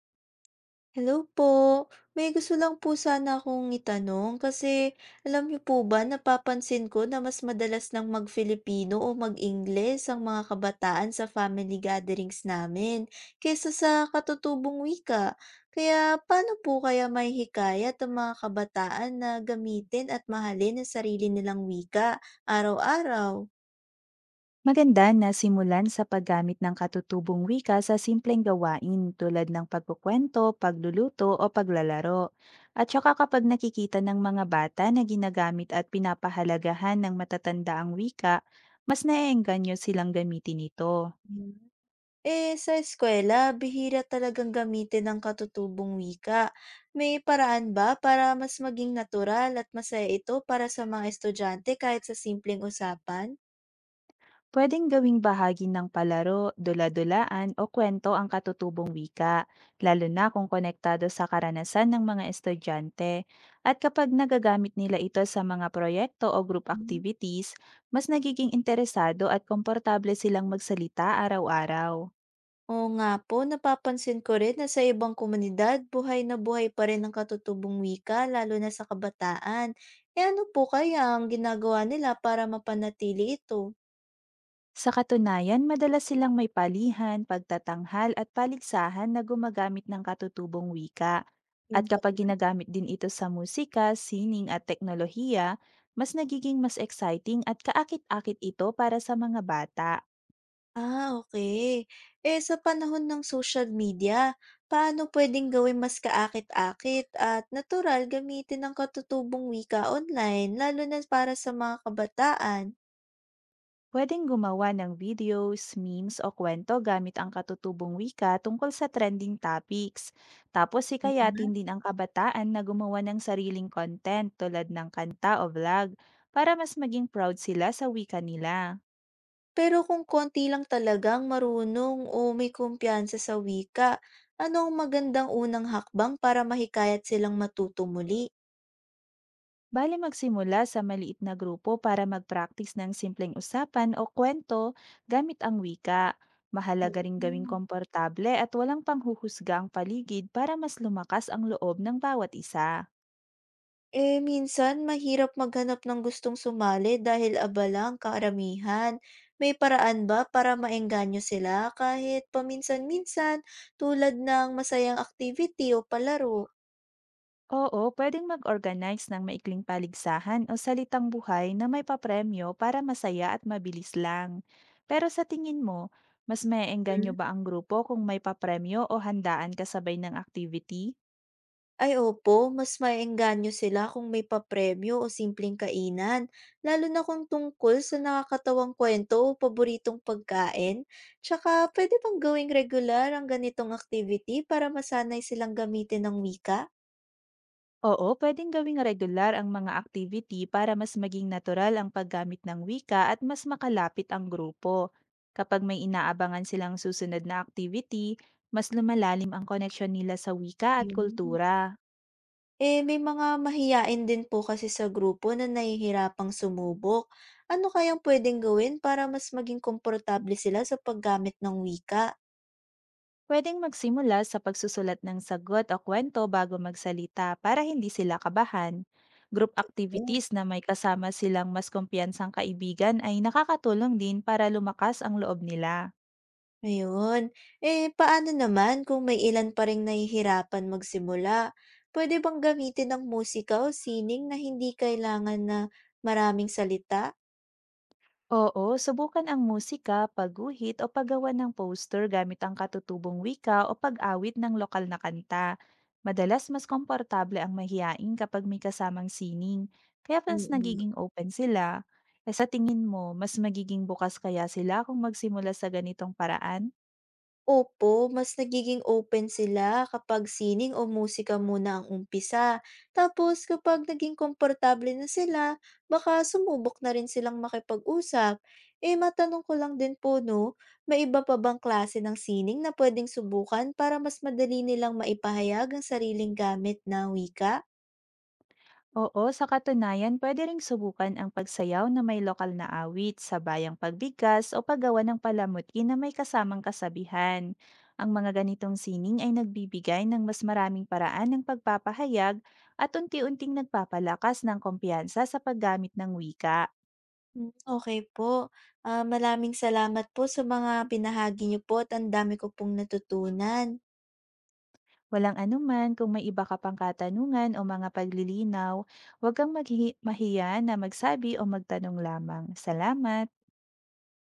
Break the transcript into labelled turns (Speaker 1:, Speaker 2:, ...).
Speaker 1: Hello po. May gusto lang po sana akong itanong kasi alam niyo po ba, napapansin ko na mas madalas nang mag-Filipino o mag-Ingles ang mga kabataan sa family gatherings namin kaysa sa katutubong wika. Kaya paano po kaya maihikayat ang mga kabataan na gamitin at mahalin ang sarili nilang wika araw-araw?
Speaker 2: Maganda na simulan sa paggamit ng katutubong wika sa simpleng gawain tulad ng pagkukwento, pagluluto o paglalaro. At saka kapag nakikita ng mga bata na ginagamit at pinapahalagahan ng matatanda ang wika, mas naiengganyo silang gamitin ito.
Speaker 1: Eh, sa eskuwela, bihira talagang gamitin ang katutubong wika. May paraan ba para mas maging natural at masaya ito para sa mga estudyante kahit sa simpleng usapan?
Speaker 2: Pwedeng gawing bahagi ng palaro, dula-dulaan o kwento ang katutubong wika, lalo na kung konektado sa karanasan ng mga estudyante. At kapag nagagamit nila ito sa mga proyekto o group
Speaker 1: Hmm.
Speaker 2: activities, mas nagiging interesado at komportable silang magsalita araw-araw.
Speaker 1: Oo nga po, napapansin ko rin na sa ibang komunidad, buhay na buhay pa rin ang katutubong wika, lalo na sa kabataan. Eh, ano po kaya ang ginagawa nila para mapanatili ito?
Speaker 2: Sa katunayan, madalas silang may palihan, pagtatanghal at paligsahan na gumagamit ng katutubong wika. At
Speaker 1: Yung
Speaker 2: kapag ginagamit din ito sa musika, sining at teknolohiya, mas nagiging mas exciting at kaakit-akit ito para sa mga bata.
Speaker 1: Ah, okay. Eh, sa panahon ng social media, paano puwedeng gawing mas kaakit-akit at natural gamitin ang katutubong wika online, lalo na para sa mga kabataan?
Speaker 2: Pwedeng gumawa ng videos, memes o kwento gamit ang katutubong wika tungkol sa trending topics. Tapos
Speaker 1: Oo nga.
Speaker 2: hikayatin din ang kabataan na gumawa ng sariling content tulad ng kanta o vlog para mas maging proud sila sa wika nila.
Speaker 1: Pero kung konti lang talagang marunong o may kumpiyansa sa wika, ano ang magandang unang hakbang para mahikayat silang matuto muli?
Speaker 2: Bale magsimula sa maliit na grupo para mag-practice ng simpleng usapan o kwento gamit ang wika. Mahalaga ring gawing
Speaker 1: Hmm.
Speaker 2: komportable at walang panghuhusga ang paligid para mas lumakas ang loob ng bawat isa.
Speaker 1: Eh, minsan mahirap maghanap ng gustong sumali dahil abala ang karamihan. May paraan ba para maengganyo sila kahit paminsan-minsan, tulad ng masayang activity o palaro?
Speaker 2: Oo, pwedeng mag-organize ng maikling paligsahan o salitang buhay na may papremyo para masaya at mabilis lang. Pero sa tingin mo, mas maeengganyo
Speaker 1: Hmm?
Speaker 2: ba ang grupo kung may papremyo o handaan kasabay ng activity?
Speaker 1: Ay opo, mas maengganyo sila kung may papremyo o simpleng kainan, lalo na kung tungkol sa nakakatawang kwento o paboritong pagkain. Tsaka pwede pang gawing regular ang ganitong activity para masanay silang gamitin ng wika?
Speaker 2: Oo, pwedeng gawing regular ang mga activity para mas maging natural ang paggamit ng wika at mas makalapit ang grupo. Kapag may inaabangan silang susunod na activity, mas lumalalim ang koneksyon nila sa wika at
Speaker 1: Yun.
Speaker 2: kultura.
Speaker 1: Eh, may mga mahiyain din po kasi sa grupo na nahihirapang sumubok. Ano kayang pwedeng gawin para mas maging komportable sila sa paggamit ng wika?
Speaker 2: Pwedeng magsimula sa pagsusulat ng sagot o kwento bago magsalita para hindi sila kabahan. Group
Speaker 1: Eh,
Speaker 2: activities na may kasama silang mas kumpiyansang kaibigan ay nakakatulong din para lumakas ang loob nila.
Speaker 1: Ayun. Eh, paano naman kung may ilan pa rin nahihirapan magsimula? Pwede bang gamitin ang musika o sining na hindi kailangan na maraming salita?
Speaker 2: Oo, subukan ang musika, pagguhit o paggawa ng poster gamit ang katutubong wika o pag-awit ng lokal na kanta. Madalas mas komportable ang mahiyain kapag may kasamang sining, kaya
Speaker 1: Mm,
Speaker 2: mas
Speaker 1: mm.
Speaker 2: nagiging open sila. Eh sa tingin mo, mas magiging bukas kaya sila kung magsimula sa ganitong paraan?
Speaker 1: Opo, mas nagiging open sila kapag sining o musika muna ang umpisa. Tapos kapag naging komportable na sila, baka sumubok na rin silang makipag-usap. Eh, matanong ko lang din po, no, may iba pa bang klase ng sining na pwedeng subukan para mas madali nilang maipahayag ang sariling gamit na wika?
Speaker 2: Oo, sa katunayan, pwede ring subukan ang pagsayaw na may lokal na awit sa bayang pagbigas o paggawa ng palamuti na may kasamang kasabihan. Ang mga ganitong sining ay nagbibigay ng mas maraming paraan ng pagpapahayag at unti-unting nagpapalakas ng kumpiyansa sa paggamit ng wika.
Speaker 1: Hmm, okey po. Ah, maraming salamat po sa mga pinahagi niyo po at ang dami ko pong natutunan.
Speaker 2: Walang anuman kung may iba ka pang katanungan o mga paglilinaw, huwag kang mahiya na magsabi o magtanong lamang. Salamat!